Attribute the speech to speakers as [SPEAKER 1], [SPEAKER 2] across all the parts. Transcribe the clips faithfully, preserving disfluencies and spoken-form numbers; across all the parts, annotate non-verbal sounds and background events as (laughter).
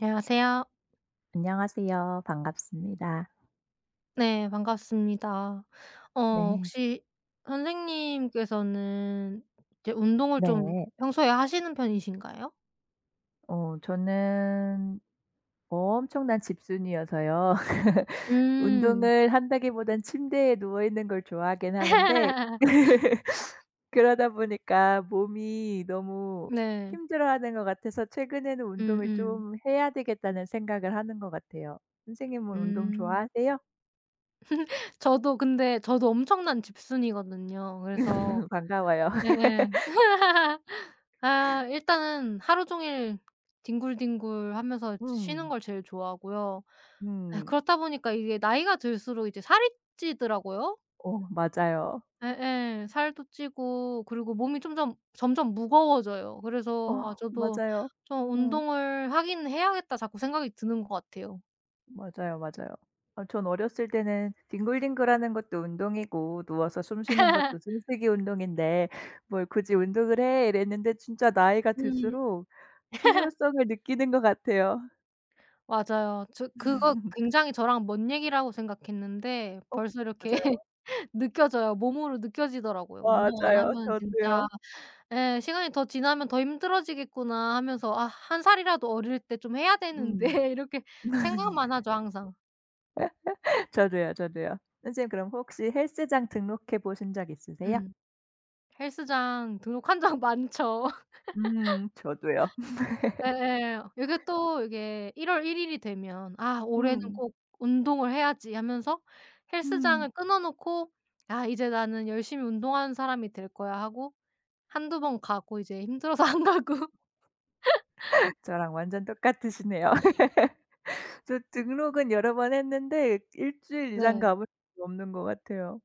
[SPEAKER 1] 안녕하세요.
[SPEAKER 2] 안녕하세요. 반갑습니다.
[SPEAKER 1] 네 반갑습니다. 어
[SPEAKER 2] 네.
[SPEAKER 1] 혹시 선생님께서는 이제 운동을 좀
[SPEAKER 2] 네.
[SPEAKER 1] 평소에 하시는 편이신가요?
[SPEAKER 2] 어 저는 뭐 엄청난 집순이어서요. (laughs)
[SPEAKER 1] 음.
[SPEAKER 2] 운동을 한다기보단 침대에 누워 있는 걸 좋아하긴 하는데
[SPEAKER 1] (laughs)
[SPEAKER 2] (laughs) 그러다 보니까 몸이 너무
[SPEAKER 1] 네.
[SPEAKER 2] 힘들어하는 것 같아서 최근에는
[SPEAKER 1] 음음.
[SPEAKER 2] '운동을
[SPEAKER 1] 음.
[SPEAKER 2] 좀 해야 되겠다.'는 생각을 하는 것 같아요. 선생님은 운동
[SPEAKER 1] 음.
[SPEAKER 2] 좋아하세요?
[SPEAKER 1] 저도 근데 저도 엄청난 집순이거든요. 그래서
[SPEAKER 2] (laughs) 반가워요.
[SPEAKER 1] 네.
[SPEAKER 2] (laughs)
[SPEAKER 1] 네. (laughs) 아 일단은 하루 종일 뒹굴뒹굴 하면서 쉬는
[SPEAKER 2] 음.
[SPEAKER 1] 걸 제일 좋아하고요. 아
[SPEAKER 2] 음.
[SPEAKER 1] 그렇다 보니까 이게 나이가 들수록 이제 살이 찌더라고요.
[SPEAKER 2] 어 맞아요.
[SPEAKER 1] 예예. 살도 찌고 그리고 몸이 점점 점점 무거워져요.
[SPEAKER 2] 어
[SPEAKER 1] 그래서 아 저도
[SPEAKER 2] 맞아요.
[SPEAKER 1] 좀
[SPEAKER 2] 음.
[SPEAKER 1] '운동을 하긴 해야겠다.' 자꾸 생각이 드는 것 같아요.
[SPEAKER 2] 맞아요, 맞아요. 어, 전 어렸을 때는 뒹굴뒹굴하는 것도 운동이고 누워서 숨 쉬는 것도
[SPEAKER 1] (laughs)
[SPEAKER 2] 숨쉬기 운동인데 '뭘 굳이 운동을 해.' 이랬는데 진짜 나이가
[SPEAKER 1] 음
[SPEAKER 2] 들수록 필요성을 느끼는 것 같아요.
[SPEAKER 1] 맞아요. 저 그거 굉장히 저랑 먼 얘기라고 생각했는데
[SPEAKER 2] 어
[SPEAKER 1] 벌써 이렇게 (laughs) 느껴져요. 몸으로 느껴지더라고요.
[SPEAKER 2] 맞아요.
[SPEAKER 1] '운동 안
[SPEAKER 2] 맞아요.
[SPEAKER 1] 하면 진짜
[SPEAKER 2] 저도요.
[SPEAKER 1] 예 시간이 더 지나면 더 힘들어지겠구나.' 하면서 '아 한 살이라도 어릴 때 좀 해야 되는데.'
[SPEAKER 2] 음.
[SPEAKER 1] (laughs) 이렇게 생각만 하죠 항상.
[SPEAKER 2] (laughs) 저도요, 저도요. 선생님 그럼 혹시 헬스장 등록해 보신 적 있으세요?
[SPEAKER 1] 음. 헬스장 등록한 적 (laughs) 많죠.
[SPEAKER 2] 음 저도요. (laughs)
[SPEAKER 1] 예예. 이게 또 이게 1 월 일 일 일이 되면 '아 올해는
[SPEAKER 2] 음.
[SPEAKER 1] 꼭 운동을 해야지.' 하면서
[SPEAKER 2] 음.
[SPEAKER 1] 헬스장을 끊어 놓고 '아 이제 나는 열심히 운동하는 사람이 될 거야.' 하고 한두 번 가고 이제 힘들어서 안 가고.
[SPEAKER 2] 저랑 완전 똑같으시네요. (laughs) 저 등록은 여러 번 했는데 일 주일 이상
[SPEAKER 1] 네.
[SPEAKER 2] 가본 적이 없는 것 같아요.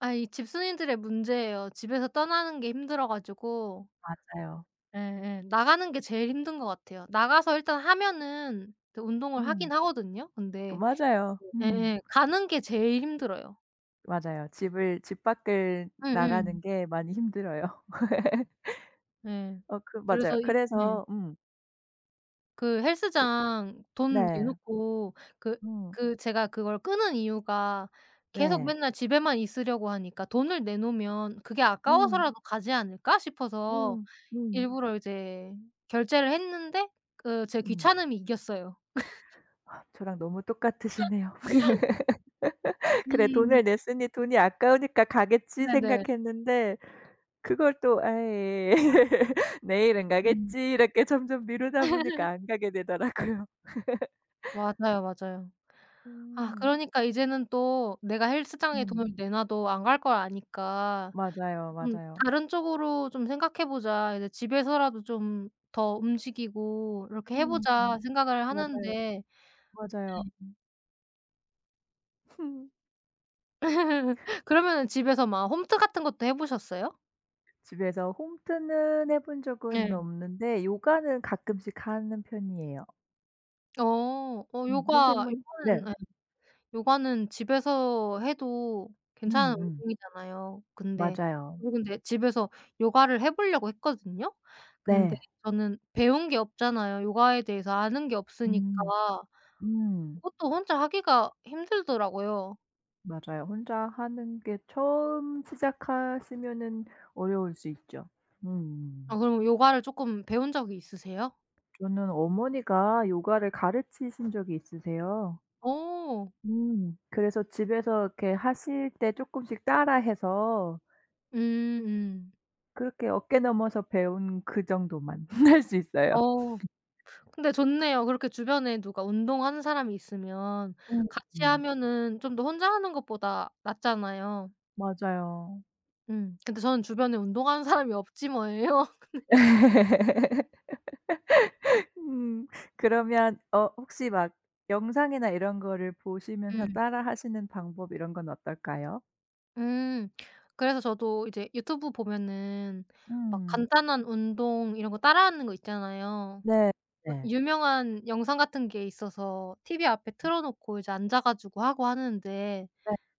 [SPEAKER 1] 아 이 집순이들의 문제예요. 집에서 떠나는 게 힘들어 가지고
[SPEAKER 2] 맞아요.
[SPEAKER 1] 예예. 나가는 게 제일 힘든 것 같아요. 나가서 일단 하면은 그 운동을
[SPEAKER 2] 음.
[SPEAKER 1] 하긴 하거든요.
[SPEAKER 2] 그
[SPEAKER 1] 근데
[SPEAKER 2] 맞아요. 음.
[SPEAKER 1] 예예 가는 게 제일 힘들어요.
[SPEAKER 2] 맞아요. 집을 집 밖을
[SPEAKER 1] 음음.
[SPEAKER 2] 나가는 게 많이 힘들어요. (laughs)
[SPEAKER 1] 예.
[SPEAKER 2] 어 그 맞아요.
[SPEAKER 1] 그래서 이 네.
[SPEAKER 2] 그래서 음
[SPEAKER 1] 그
[SPEAKER 2] 그
[SPEAKER 1] 헬스장 돈 내
[SPEAKER 2] 네.
[SPEAKER 1] 놓고 그
[SPEAKER 2] 음
[SPEAKER 1] 그 제가 그걸 끄는 이유가 계속
[SPEAKER 2] 네.
[SPEAKER 1] 맨날 집에만 있으려고 하니까 '돈을 내 놓으면 그게
[SPEAKER 2] 음.
[SPEAKER 1] 아까워서라도 가지 않을까?' 싶어서
[SPEAKER 2] 음. 음.
[SPEAKER 1] 일부러 이제 결제를 했는데 그 제
[SPEAKER 2] 음.
[SPEAKER 1] 귀찮음이 이겼어요.
[SPEAKER 2] 아 저랑 너무 똑같으시네요. (laughs) '그래
[SPEAKER 1] 음.
[SPEAKER 2] 돈을 냈으니 돈이 아까우니까 가겠지.'
[SPEAKER 1] 네네.
[SPEAKER 2] 생각했는데 그걸 또 에이 (laughs) '내일은
[SPEAKER 1] 음.
[SPEAKER 2] 가겠지.' 이렇게 점점 미루다 보니까 안 가게 되더라고요.
[SPEAKER 1] 맞아요, 맞아요. 아
[SPEAKER 2] 음.
[SPEAKER 1] 그러니까 이제는 또 내가 헬스장에
[SPEAKER 2] 음.
[SPEAKER 1] 돈을 내 놔도 안 갈 걸 아니까
[SPEAKER 2] 맞아요,
[SPEAKER 1] 좀
[SPEAKER 2] 맞아요.
[SPEAKER 1] '다른 쪽으로 좀 생각해 보자. 이제 집에서라도 좀 더 움직이고 이렇게 해
[SPEAKER 2] 음.
[SPEAKER 1] 보자.' 생각을
[SPEAKER 2] 맞아요,
[SPEAKER 1] 하는데
[SPEAKER 2] 맞아요. (laughs)
[SPEAKER 1] (laughs) 그러면은 집에서 막 홈트 같은 것도 해 보셨어요?
[SPEAKER 2] 집에서 홈트는 해본 적은
[SPEAKER 1] 예.
[SPEAKER 2] 없는데 요가는 가끔씩 하는 편이에요.
[SPEAKER 1] 어. 어
[SPEAKER 2] 음.
[SPEAKER 1] 요가
[SPEAKER 2] 선생님은 네.
[SPEAKER 1] 요가는 예 요가는 집에서 해도 괜찮은
[SPEAKER 2] 음음.
[SPEAKER 1] 운동이잖아요. 근데
[SPEAKER 2] 맞아요.
[SPEAKER 1] 저도 근데 집에서 요가를 해 보려고 했거든요. 근데
[SPEAKER 2] 네.
[SPEAKER 1] 저는 배운 게 없잖아요. 요가에 대해서 아는 게 없으니까
[SPEAKER 2] 음. 음.
[SPEAKER 1] 그것도 혼자 하기가 힘들더라고요.
[SPEAKER 2] 맞아요. 혼자 하는 게 처음 시작하시면은 어려울 수 있죠.
[SPEAKER 1] 아
[SPEAKER 2] 음.
[SPEAKER 1] 그럼 요가를 쪼끔 배운 적이 있으세요?
[SPEAKER 2] 저는 어머니가 요가를 가르치신 적이 있으세요.
[SPEAKER 1] 어.
[SPEAKER 2] 음. 그래서 집에서 이렇게 하실 때 조금씩 따라해서
[SPEAKER 1] 음음.
[SPEAKER 2] 그렇게 어깨 넘어서 배운 그 정도만 (laughs) 할 수 있어요.
[SPEAKER 1] 어 근데 좋네요. 그렇게 주변에 누가 운동하는 사람이 있으면
[SPEAKER 2] 음
[SPEAKER 1] 같이
[SPEAKER 2] 음.
[SPEAKER 1] 하면은 좀 더 혼자 하는 것보다 낫잖아요.
[SPEAKER 2] 맞아요.
[SPEAKER 1] 음. 근데 저는 주변에 운동하는 사람이 없지 뭐예요.
[SPEAKER 2] 음. 그러면 어 혹시 막 영상이나 이런 거를 보시면서
[SPEAKER 1] 음.
[SPEAKER 2] 따라하시는 방법 이런 건 어떨까요?
[SPEAKER 1] (laughs) 음. 그래서 저도 이제 유튜브 보면은 막
[SPEAKER 2] 음.
[SPEAKER 1] 간단한 운동 이런 거 따라하는 거 있잖아요.
[SPEAKER 2] 네.
[SPEAKER 1] 막
[SPEAKER 2] 네.
[SPEAKER 1] 유명한 영상 같은 게 있어서 티비 앞에 틀어 놓고 이제 앉아 가지고 하고 하는데
[SPEAKER 2] 네. 네.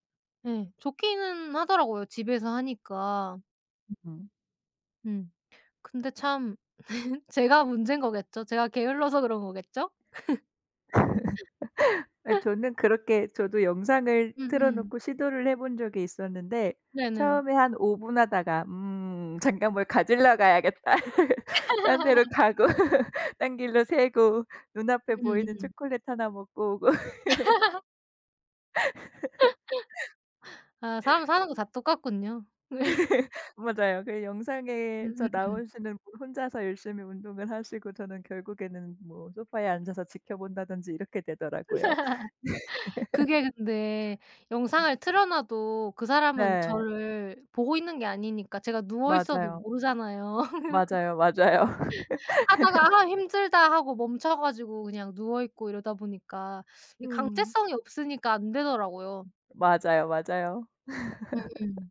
[SPEAKER 1] 예. 좋기는 하더라고요 집에서 하니까.
[SPEAKER 2] 음.
[SPEAKER 1] 음. 근데 참 (laughs) 제가 문제인 거겠죠. 제가 게을러서 그런 거겠죠?
[SPEAKER 2] 아, 저는 그렇게 저도 영상을 틀어
[SPEAKER 1] 음음.
[SPEAKER 2] 놓고 시도를 해본 적이 있었는데
[SPEAKER 1] 네네.
[SPEAKER 2] 처음에 한 오 분 하다가 '음 잠깐 뭘 가지러 가야겠다.' (laughs) 딴 데로 가고 (laughs) 딴 길로 새고 눈앞에 보이는
[SPEAKER 1] 음음.
[SPEAKER 2] 초콜릿 하나 먹고 오고 (laughs)
[SPEAKER 1] 아 사람 사는 거 다 똑같군요. (laughs)
[SPEAKER 2] 맞아요. 그 영상에서
[SPEAKER 1] 음음음.
[SPEAKER 2] 나오시는 분 혼자서 열심히 운동을 하시고 저는 결국에는 뭐 소파에 앉아서 지켜본다든지 이렇게 되더라고요.
[SPEAKER 1] 그게 근데 영상을 틀어 놔도 그 사람은
[SPEAKER 2] 네.
[SPEAKER 1] 저를 보고 있는 게 아니니까 제가 누워 있어도
[SPEAKER 2] 맞아요.
[SPEAKER 1] 모르잖아요. (laughs)
[SPEAKER 2] 맞아요, 맞아요. (laughs)
[SPEAKER 1] 하다가 '아 힘들다.' 하고 멈춰 가지고 그냥 누워 있고 이러다 보니까 이
[SPEAKER 2] 음.
[SPEAKER 1] 강제성이 없으니까 안 되더라고요.
[SPEAKER 2] 맞아요, 맞아요.
[SPEAKER 1] 음음.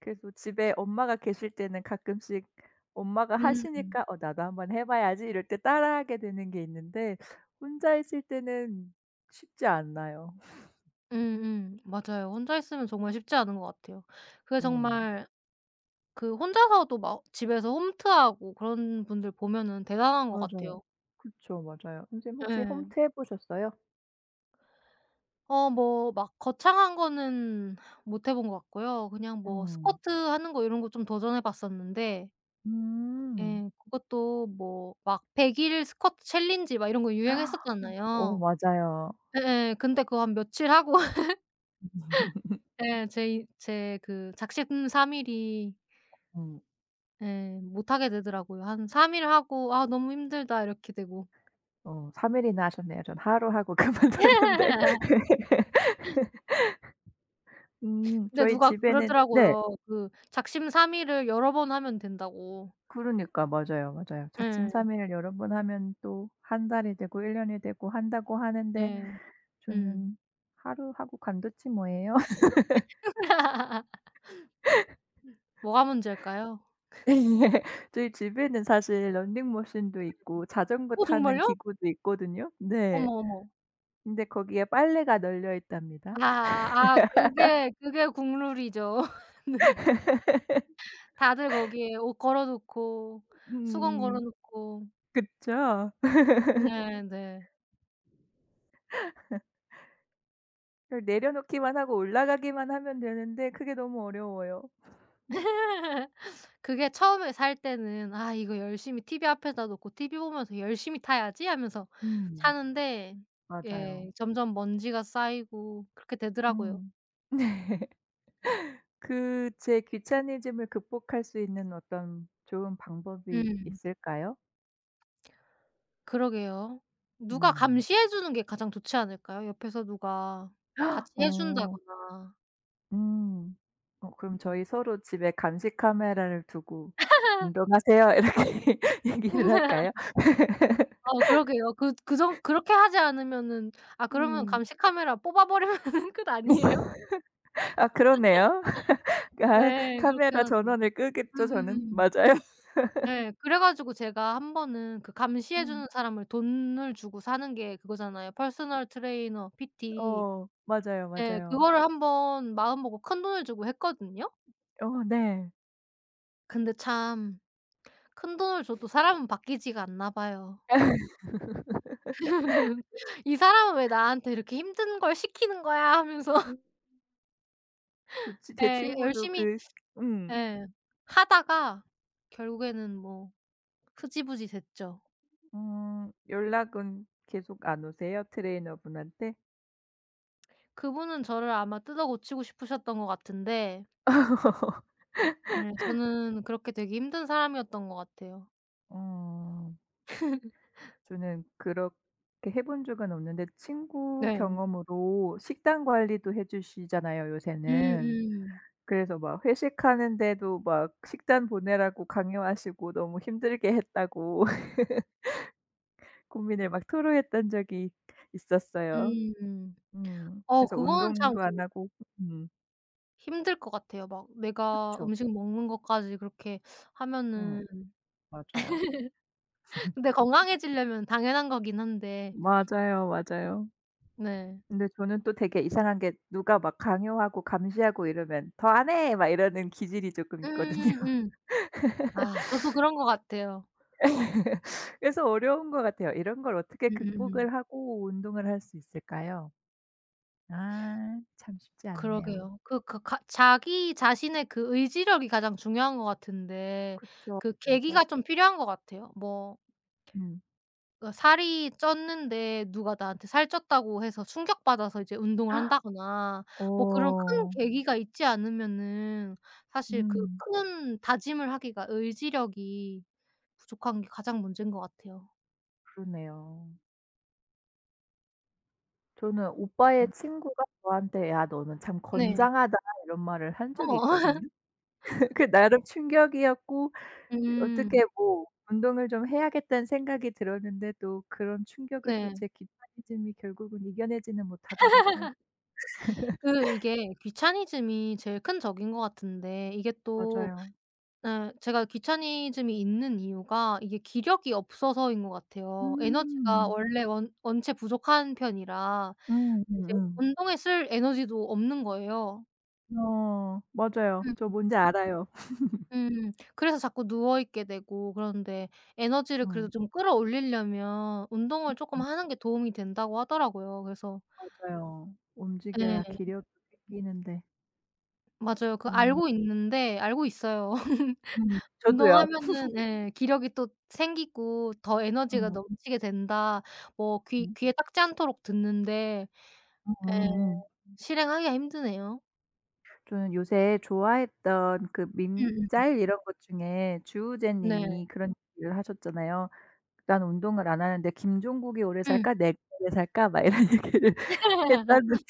[SPEAKER 2] 그래서 집에 엄마가 계실 때는 가끔씩 엄마가
[SPEAKER 1] 음.
[SPEAKER 2] 하시니까 '어 나도 한번 해 봐야지.' 이럴 때 따라하게 되는 게 있는데 혼자 있을 때는 쉽지 않아요.
[SPEAKER 1] 음음. 맞아요. 혼자 있으면 정말 쉽지 않은 것 같아요. 그게
[SPEAKER 2] 음.
[SPEAKER 1] 정말 그 혼자서도 막 집에서 홈트하고 그런 분들 보면은 대단한 것
[SPEAKER 2] 맞아요.
[SPEAKER 1] 같아요.
[SPEAKER 2] 그쵸. 맞아요. 선생님 혹시
[SPEAKER 1] 예.
[SPEAKER 2] 홈트 해 보셨어요?
[SPEAKER 1] 어 뭐 막 거창한 거는 못 해본 것 같고요. 그냥 뭐
[SPEAKER 2] 음.
[SPEAKER 1] 스쿼트 하는 거 이런 거 좀 도전해 봤었는데
[SPEAKER 2] 음.
[SPEAKER 1] 예 그것도 뭐 막 백 일 스쿼트 챌린지 막 이런 거
[SPEAKER 2] 어
[SPEAKER 1] 유행했었잖아요.
[SPEAKER 2] 맞아요.
[SPEAKER 1] 예예. 근데 그거 한 며칠 하고 (laughs) 예 제 이 제 그 작심삼일이
[SPEAKER 2] 음.
[SPEAKER 1] 예. 못하게 되더라고요. 한 삼 일 하고 '아 너무 힘들다.' 이렇게 되고.
[SPEAKER 2] 어 삼 일이나 하셨네요. 전 하루 하고 (laughs) 그만뒀는데.
[SPEAKER 1] (laughs)
[SPEAKER 2] 음
[SPEAKER 1] 근데
[SPEAKER 2] 저희
[SPEAKER 1] 누가
[SPEAKER 2] 집에는 네.
[SPEAKER 1] 그러더라고요. 그 작심 삼일을 여러 번 하면 된다고.
[SPEAKER 2] 그러니까 맞아요, 맞아요.
[SPEAKER 1] 예.
[SPEAKER 2] 작심삼일을 여러 번 하면 또 한 달이 되고 일 년이 되고 한다고
[SPEAKER 1] 네.
[SPEAKER 2] 하는데
[SPEAKER 1] 음. 음.
[SPEAKER 2] 저는 하루 하고 간뒀지 뭐예요.
[SPEAKER 1] (laughs) 뭐가 문제일까요?
[SPEAKER 2] (laughs) 예. 저희 집에는 사실 런닝머신도 있고 자전거
[SPEAKER 1] 어
[SPEAKER 2] 타는
[SPEAKER 1] 정말요?
[SPEAKER 2] 기구도 있거든요. 네.
[SPEAKER 1] 어머, 어머.
[SPEAKER 2] 근데 거기에 빨래가 널려 있답니다.
[SPEAKER 1] 아 아 그게 그게 국룰이죠. (laughs) 다들 거기에 옷 걸어 놓고 수건 걸어
[SPEAKER 2] 음.
[SPEAKER 1] 놓고.
[SPEAKER 2] 그쵸.
[SPEAKER 1] 네 네.
[SPEAKER 2] 그걸 내려놓기만 하고 올라가기만 하면 되는데 그게 너무 어려워요.
[SPEAKER 1] 그게 처음에 살 때는 '아 이거 열심히 티비 앞에다 놓고 티비 보면서 열심히 타야지.' 하면서
[SPEAKER 2] 음.
[SPEAKER 1] 사는데
[SPEAKER 2] 맞아요.
[SPEAKER 1] 예 점점 먼지가 쌓이고 그렇게 되더라고요.
[SPEAKER 2] 음. 그 제 귀차니즘을 극복할 수 있는 어떤 좋은 방법이
[SPEAKER 1] 음.
[SPEAKER 2] 있을까요?
[SPEAKER 1] 그러게요. 누가
[SPEAKER 2] 음.
[SPEAKER 1] 감시해 주는 게 가장 좋지 않을까요? 옆에서 누가 같이 해
[SPEAKER 2] 어.
[SPEAKER 1] 준다거나.
[SPEAKER 2] 음. 어 그럼 저희 서로 집에 감시 카메라를 두고 "운동하세요." (laughs) 이렇게 얘기를 할까요?
[SPEAKER 1] (laughs) 어 그러게요. 그 그 정 그렇게 하지 않으면은 아 그러면
[SPEAKER 2] 음.
[SPEAKER 1] 감시 카메라 뽑아 버리면은 (laughs) 끝 아니에요?
[SPEAKER 2] 아 그러네요. (laughs) 아
[SPEAKER 1] 네. 그렇게
[SPEAKER 2] 카메라
[SPEAKER 1] 해야죠.
[SPEAKER 2] 전원을 끄겠죠 저는.
[SPEAKER 1] 음음음.
[SPEAKER 2] 맞아요. (laughs)
[SPEAKER 1] 예. 그래 가지고 제가 한 번은 그 감시해
[SPEAKER 2] 음.
[SPEAKER 1] 주는 사람을 돈을 주고 사는 게 그거잖아요. 퍼스널 트레이너 피티.
[SPEAKER 2] 어 맞아요,
[SPEAKER 1] 예.
[SPEAKER 2] 맞아요.
[SPEAKER 1] 그거를 한번 마음먹고 큰돈을 주고 했거든요.
[SPEAKER 2] 어 네.
[SPEAKER 1] 근데 참 큰돈을 줘도 사람은 바뀌지가 않나 봐요. (laughs) '이 사람은 왜 나한테 이렇게 힘든 걸 시키는 거야.' 하면서
[SPEAKER 2] 음. (laughs)
[SPEAKER 1] (laughs)
[SPEAKER 2] 좋지. 제
[SPEAKER 1] 예.
[SPEAKER 2] 친구도
[SPEAKER 1] 열심히
[SPEAKER 2] 그 음.
[SPEAKER 1] 예. 하다가 결국에는 뭐 흐지부지 됐죠.
[SPEAKER 2] 음 연락은 계속 안 오세요? 트레이너분한테?
[SPEAKER 1] 그분은 저를 아마 뜯어고치고 싶으셨던 것 같은데 네. 저는 그렇게 되게 힘든 사람이었던 것 같아요.
[SPEAKER 2] 어 저는 그렇게 해본 적은 없는데 친구
[SPEAKER 1] 네.
[SPEAKER 2] 경험으로 식단 관리도 해 주시잖아요,
[SPEAKER 1] 음음.
[SPEAKER 2] 요새는.
[SPEAKER 1] 음.
[SPEAKER 2] 그래서 막 회식하는데도 막 식단 보내라고 강요하시고 너무 힘들게 했다고 (laughs) 고민을 막 토로했던 적이 있었어요.
[SPEAKER 1] 음.
[SPEAKER 2] 음.
[SPEAKER 1] 어
[SPEAKER 2] 그래서
[SPEAKER 1] 그거는 참
[SPEAKER 2] 운동도 안
[SPEAKER 1] 근데
[SPEAKER 2] 하고 음.
[SPEAKER 1] 힘들 것 같아요. 막 내가
[SPEAKER 2] 그쵸.
[SPEAKER 1] 음식 먹는 것까지 그렇게
[SPEAKER 2] 어
[SPEAKER 1] 하면은
[SPEAKER 2] 맞아요.
[SPEAKER 1] 근데 건강해지려면 당연한 거긴 한데
[SPEAKER 2] 맞아요, 맞아요.
[SPEAKER 1] 네.
[SPEAKER 2] 근데 저는 또 되게 이상한 게 누가 막 강요하고 감시하고 이러면 "더 안 해!" 막 이러는 기질이 쪼끔 있거든요.
[SPEAKER 1] 음음. 아 저도 그런 것 같아요.
[SPEAKER 2] (laughs) 그래서 어려운 것 같아요. 이런 걸 어떻게
[SPEAKER 1] 음음.
[SPEAKER 2] 극복을 하고 운동을 할 수 있을까요? 아 참 쉽지 않네요.
[SPEAKER 1] 그러게요. 그 그 가 자기 자신의 그 의지력이 가장 중요한 것 같은데
[SPEAKER 2] 그쵸.
[SPEAKER 1] 그
[SPEAKER 2] 맞아요.
[SPEAKER 1] 계기가 좀 필요한 것 같아요. 뭐
[SPEAKER 2] 음.
[SPEAKER 1] 그러니까 살이 쪘는데 누가 나한테 "살 쪘다."고 해서 충격받아서 이제 운동을 한다거나 뭐 그런 큰
[SPEAKER 2] 어
[SPEAKER 1] 계기가 있지 않으면은 사실 그
[SPEAKER 2] 음
[SPEAKER 1] 큰 다짐을 하기가 의지력이 부족한 게 가장 문제인 것 같아요.
[SPEAKER 2] 그러네요. 저는 오빠의
[SPEAKER 1] 음.
[SPEAKER 2] 친구가 저한테 "야 너는 참
[SPEAKER 1] 네.
[SPEAKER 2] 건장하다." 이런 말을 한 적이
[SPEAKER 1] 어.
[SPEAKER 2] 있거든요.
[SPEAKER 1] (laughs)
[SPEAKER 2] (laughs) 그 나름 충격이었고
[SPEAKER 1] 음.
[SPEAKER 2] 어떻게 뭐 운동을 좀 해야겠다는 생각이 들었는데 또 그런 충격을 또
[SPEAKER 1] 네.
[SPEAKER 2] 제 귀차니즘이 결국은 이겨내지는 못하더라고요.
[SPEAKER 1] 그 이게 귀차니즘이 제일 큰 적인 것 같은데 이게 또
[SPEAKER 2] 맞아요.
[SPEAKER 1] 네. 제가 귀차니즘이 있는 이유가 이게 기력이 없어서인 것 같아요. 에너지가
[SPEAKER 2] 음.
[SPEAKER 1] 원래 원 원체 부족한 편이라
[SPEAKER 2] 음
[SPEAKER 1] 이제
[SPEAKER 2] 음음.
[SPEAKER 1] 운동에 쓸 에너지도 없는 거예요.
[SPEAKER 2] 어 맞아요.
[SPEAKER 1] 음
[SPEAKER 2] 저 뭔지 알아요.
[SPEAKER 1] 음. 그래서 자꾸 누워 있게 되고 그러는데 에너지를
[SPEAKER 2] 어.
[SPEAKER 1] 그래도 좀 끌어올리려면 운동을 쪼끔
[SPEAKER 2] 음.
[SPEAKER 1] 하는 게 도움이 된다고 하더라고요. 그래서
[SPEAKER 2] 맞아요. 움직여야
[SPEAKER 1] 예.
[SPEAKER 2] 기력도 생기는데.
[SPEAKER 1] 맞아요. 그
[SPEAKER 2] 음.
[SPEAKER 1] 알고 있는데 알고 있어요.
[SPEAKER 2] 음. 저도요.
[SPEAKER 1] 운동하면은 예 기력이 또 생기고 더 에너지가
[SPEAKER 2] 어.
[SPEAKER 1] 넘치게 된다. 뭐 귀
[SPEAKER 2] 음.
[SPEAKER 1] 귀에 딱지 않도록 듣는데 예
[SPEAKER 2] 음음음.
[SPEAKER 1] 실행하기가 힘드네요.
[SPEAKER 2] 저는 요새 좋아했던 그 밈
[SPEAKER 1] 음음.
[SPEAKER 2] 짤 이런 것 중에 주우재
[SPEAKER 1] 네.
[SPEAKER 2] 님이 그런 얘기를 하셨잖아요. "난 운동을 안 하는데 김종국이 오래
[SPEAKER 1] 음.
[SPEAKER 2] 살까? 내가 오래 살까?" 막 이런 (laughs) 얘기를 했다는
[SPEAKER 1] (laughs)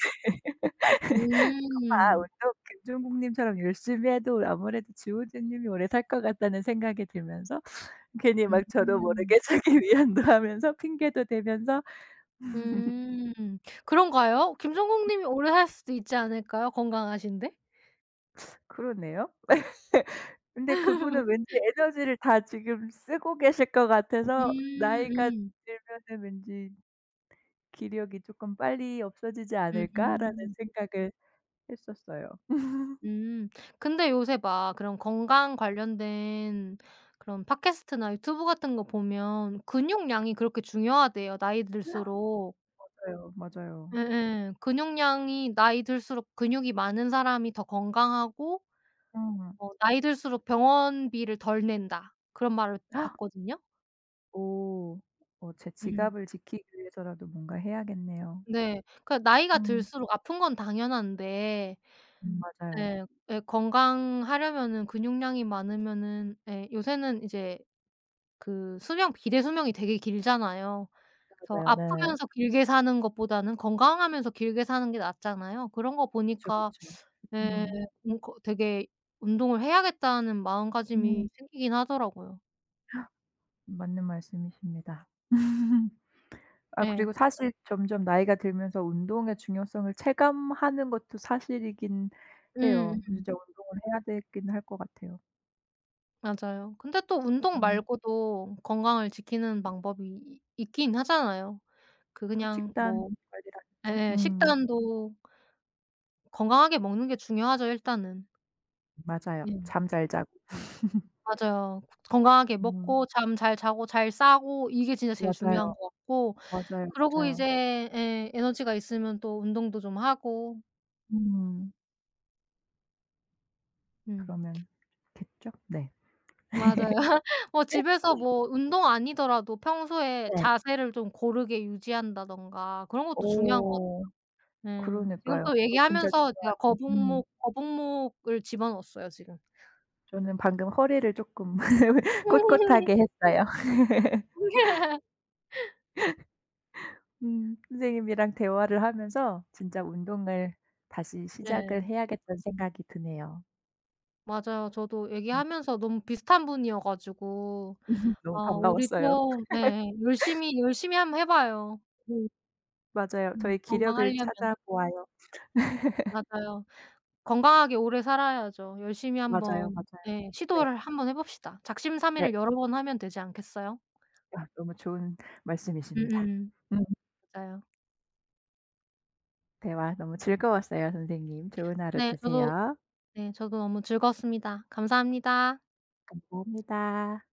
[SPEAKER 2] 다
[SPEAKER 1] 음.
[SPEAKER 2] 운동 김종국 님처럼 열심히 해도 아무래도 지호진 님이 오래 살 것 같다는 생각이 들면서 괜히 막 저도
[SPEAKER 1] 음.
[SPEAKER 2] 모르게 (laughs) 자기 위안도 하면서 핑계도 대면서
[SPEAKER 1] 음. 그런가요? 김성국 님이 오래 살 수도 있지 않을까요? 건강하신데?
[SPEAKER 2] 그러네요. (laughs) 근데 그분은
[SPEAKER 1] (laughs)
[SPEAKER 2] 왠지 에너지를 다 지금 쓰고 계실 것 같아서
[SPEAKER 1] 음
[SPEAKER 2] '나이가
[SPEAKER 1] 음.
[SPEAKER 2] 들면은 왠지 기력이 쪼끔 빨리 없어지지 않을까?'라는
[SPEAKER 1] 음음.
[SPEAKER 2] 생각을 했었어요. (laughs)
[SPEAKER 1] 음. 근데 요새 막 그런 건강 관련된 그런 팟캐스트나 유튜브 같은 거 보면 근육량이 그렇게 중요하대요, 나이 들수록.
[SPEAKER 2] 맞아요, 맞아요.
[SPEAKER 1] 예예. 근육량이 나이 들수록 근육이 많은 사람이 더 건강하고
[SPEAKER 2] 음.
[SPEAKER 1] 어 나이 들수록 병원비를 덜 낸다. 그런 말을 봤거든요.
[SPEAKER 2] 오. 어 제
[SPEAKER 1] 음.
[SPEAKER 2] 지갑을 지키기 위해서라도 뭔가 해야겠네요.
[SPEAKER 1] 네. 그러니까 나이가
[SPEAKER 2] 음. 음.
[SPEAKER 1] 들수록 아픈 건 당연한데
[SPEAKER 2] 음. 맞아요.
[SPEAKER 1] 예. 예 건강하려면은 근육량이 많으면은 예 요새는 이제 그 수명 비대수명이 되게 길잖아요. 그래서
[SPEAKER 2] 맞아요. 네.
[SPEAKER 1] 아프면서 길게 사는 것보다는 건강하면서 길게 사는 게 낫잖아요. 그런 거
[SPEAKER 2] 그쵸,
[SPEAKER 1] 보니까
[SPEAKER 2] 그쵸.
[SPEAKER 1] 예
[SPEAKER 2] 음.
[SPEAKER 1] 음 거 되게 '운동을 해야겠다.'는
[SPEAKER 2] 음.
[SPEAKER 1] 마음가짐이 생기긴 하더라고요.
[SPEAKER 2] 맞는 말씀이십니다. (laughs) 아
[SPEAKER 1] 예.
[SPEAKER 2] 그리고 사실 점점 나이가 들면서 운동의 중요성을 체감하는 것도 사실이긴 해요.
[SPEAKER 1] 음음.
[SPEAKER 2] 진짜 운동을 해야 되긴 할 것 같아요.
[SPEAKER 1] 맞아요. 근데 또 운동
[SPEAKER 2] 음.
[SPEAKER 1] 말고도 건강을 지키는 방법이 이 있긴 하잖아요. 그
[SPEAKER 2] 또
[SPEAKER 1] 그냥
[SPEAKER 2] 식단
[SPEAKER 1] 뭐
[SPEAKER 2] 관리라든지.
[SPEAKER 1] 예예
[SPEAKER 2] 음.
[SPEAKER 1] 식단도 건강하게 먹는 게 중요하죠 일단은.
[SPEAKER 2] 맞아요.
[SPEAKER 1] 예.
[SPEAKER 2] 잠 잘 자고.
[SPEAKER 1] 음. 맞아요. 건강하게
[SPEAKER 2] 음.
[SPEAKER 1] 먹고 잠 잘 자고 잘 싸고 이게 진짜 제일
[SPEAKER 2] 맞아요.
[SPEAKER 1] 중요한 것 같고
[SPEAKER 2] 맞아요,
[SPEAKER 1] 그러고
[SPEAKER 2] 맞아요.
[SPEAKER 1] 이제 예 에너지가 있으면 또 운동도 좀 하고
[SPEAKER 2] 음.
[SPEAKER 1] 음
[SPEAKER 2] 그러면 겠죠? 네.
[SPEAKER 1] 맞아요.
[SPEAKER 2] (laughs)
[SPEAKER 1] (laughs) 뭐 집에서 뭐 운동 아니더라도 평소에
[SPEAKER 2] 네.
[SPEAKER 1] 자세를 좀 고르게 유지한다든가 그런 것도 중요한 것 같아요.
[SPEAKER 2] 오,
[SPEAKER 1] 예. 지금
[SPEAKER 2] 그러니까요.
[SPEAKER 1] 또
[SPEAKER 2] 그거 진짜
[SPEAKER 1] 얘기하면서 제가
[SPEAKER 2] 중요하죠. 음.
[SPEAKER 1] 거북목 거북목을 집어넣었어요 지금.
[SPEAKER 2] 저는 방금 허리를 조금 (laughs) 꼿꼿하게 했어요.
[SPEAKER 1] (laughs)
[SPEAKER 2] 음. 선생님이랑 대화를 하면서 진짜 운동을 다시
[SPEAKER 1] 네.
[SPEAKER 2] 시작을 해야겠다는 생각이 드네요.
[SPEAKER 1] 맞아요. 저도
[SPEAKER 2] 음.
[SPEAKER 1] 얘기하면서 너무 비슷한 분이어 가지고
[SPEAKER 2] (laughs) 너무
[SPEAKER 1] 아
[SPEAKER 2] 반가웠어요.
[SPEAKER 1] 우리도 네 네. 열심히, 열심히 한번 해 봐요.
[SPEAKER 2] 음. 맞아요.
[SPEAKER 1] 음.
[SPEAKER 2] 저희 기력을
[SPEAKER 1] 건강하려면.
[SPEAKER 2] 찾아보아요.
[SPEAKER 1] 맞아요. 건강하게 오래 살아야죠. 열심히
[SPEAKER 2] 맞아요,
[SPEAKER 1] 한번
[SPEAKER 2] 맞아요.
[SPEAKER 1] 예
[SPEAKER 2] 네.
[SPEAKER 1] 시도를 한번 해 봅시다.
[SPEAKER 2] 네.
[SPEAKER 1] 작심삼일을 여러 번 하면 되지 않겠어요?
[SPEAKER 2] 아 너무 좋은 말씀이십니다.
[SPEAKER 1] 음음.
[SPEAKER 2] 음.
[SPEAKER 1] 맞아요.
[SPEAKER 2] 대화 너무 즐거웠어요, 선생님. 좋은 하루
[SPEAKER 1] 네 저도
[SPEAKER 2] 되세요.
[SPEAKER 1] 네 저도 너무 즐거웠습니다. 감사합니다.
[SPEAKER 2] 감사합니다.